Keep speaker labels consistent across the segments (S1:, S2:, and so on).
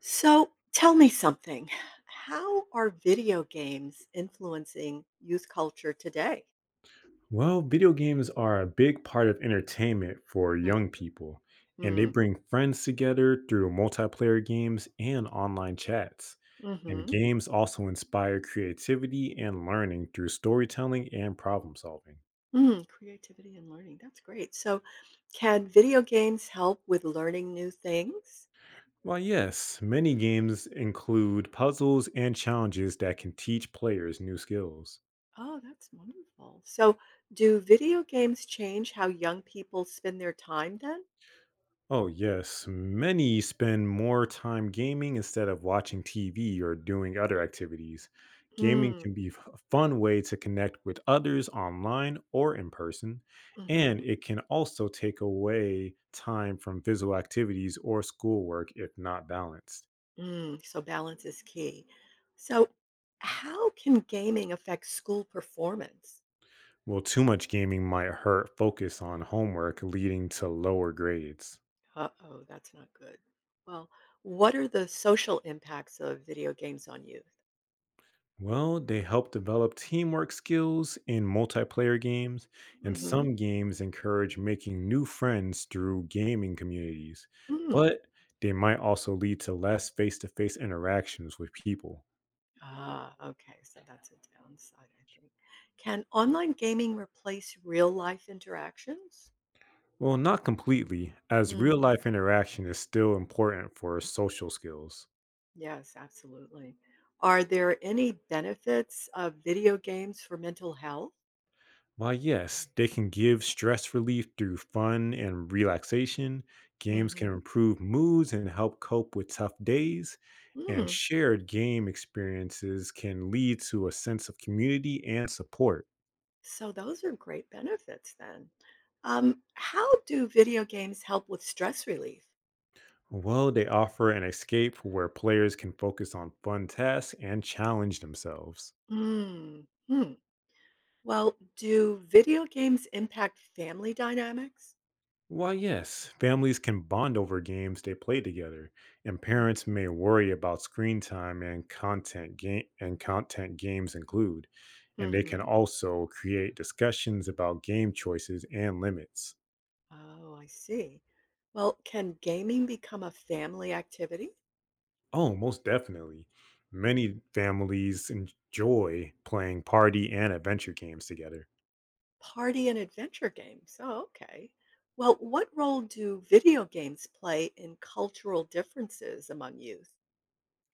S1: So tell me something. How are video games influencing youth culture today?
S2: Well, video games are a big part of entertainment for young people, and they
S1: hmm
S2: bring friends together through multiplayer games and online chats. And
S1: hmm
S2: games also inspire creativity and learning through storytelling and problem solving.
S1: Mm, creativity and learning. That's great. So, can video games help with learning new things?
S2: Well, yes, many games include puzzles and challenges that can teach players new skills.
S1: Oh, that's wonderful. So, do video games change how young people spend their time then?
S2: Oh, yes. Many spend more time gaming instead of watching TV or doing other activities. Gaming
S1: Mm,
S2: can be a fun way to connect with others online or in person, and
S1: hmm
S2: it can also take away time from physical activities or schoolwork if not balanced.
S1: Mm, so, balance is key. So, how can gaming affect school performance?
S2: Well, too much gaming might hurt focus on homework, leading to lower grades.
S1: Uh-oh, that's not good. Well, what are the social impacts of video games on youth?
S2: Well, they help develop teamwork skills in multiplayer games, and
S1: hmm
S2: some games encourage making new friends through gaming communities,
S1: hmm
S2: but they might also lead to less face to face interactions with people.
S1: Ah, okay. So that's a downside, I think. Can online gaming replace real life interactions?
S2: Well, not completely, as
S1: Mm,
S2: real life interaction is still important for social skills.
S1: yes, absolutely. Are there any benefits of video games for mental health?
S2: Why, yes, they can give stress relief through fun and relaxation. Games
S1: hmm
S2: can improve moods and help cope with tough days. And
S1: Mm,
S2: shared game experiences can lead to a sense of community and support.
S1: so those are great benefits then. How do video games help with stress relief?
S2: Well, they offer an escape where players can focus on fun tasks and challenge themselves.
S1: Mm, hmm. Well, do video games impact family dynamics?
S2: Why, yes, families can bond over games they play together, and parents
S1: Mhm.
S2: may worry about screen time and content game and content games include, and they can
S1: Mhm.
S2: also create discussions about game choices and limits.
S1: Oh, I see. Well, can gaming become a family activity?
S2: Oh, most definitely.
S1: Mhm.
S2: Many families enjoy playing party and adventure games together.
S1: Party and adventure games. Oh, okay. Well, what role do video games play in cultural differences among youth?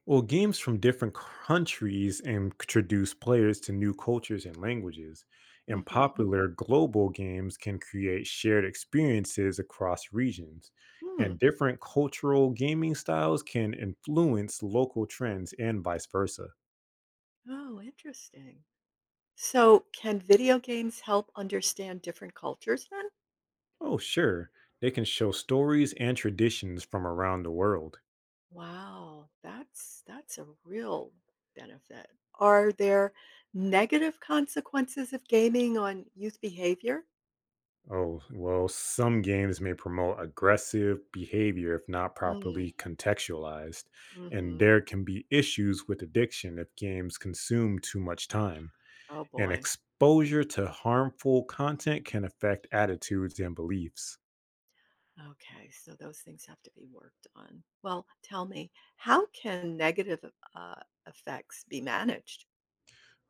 S2: Well, games from different countries introduce players to new cultures and languages, and
S1: hmm
S2: popular global games can create shared experiences across regions.
S1: Hmm.
S2: And different cultural gaming styles can influence local trends and vice versa.
S1: Oh, interesting. So, can video games help understand different cultures then?
S2: Oh, sure, they can show stories and traditions from around the world.
S1: Wow, that's a real benefit. Are there negative consequences of gaming on youth behavior?
S2: Oh, well, some games may promote aggressive behavior if not
S1: Mm,
S2: properly contextualized, and
S1: hmm
S2: there can be issues with addiction if games consume too much time.
S1: Oh
S2: And
S1: boy.
S2: exposure to harmful content can affect attitudes and beliefs.
S1: Okay, so those things have to be worked on. Well, tell me, how can negative uh, effects be managed?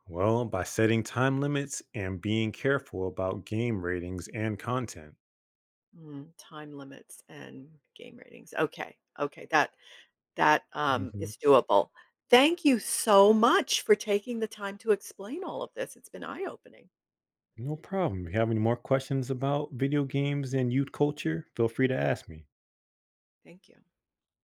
S2: Well, by setting time limits and being careful about game ratings and content.
S1: Mm, time limits and game ratings. Okay, okay, that
S2: Mhm.
S1: is doable. Thank you so much for taking the time to explain all of this. It's been eye opening.
S2: No problem. If you have any more questions about video games and youth culture, feel free to ask me.
S1: Thank you.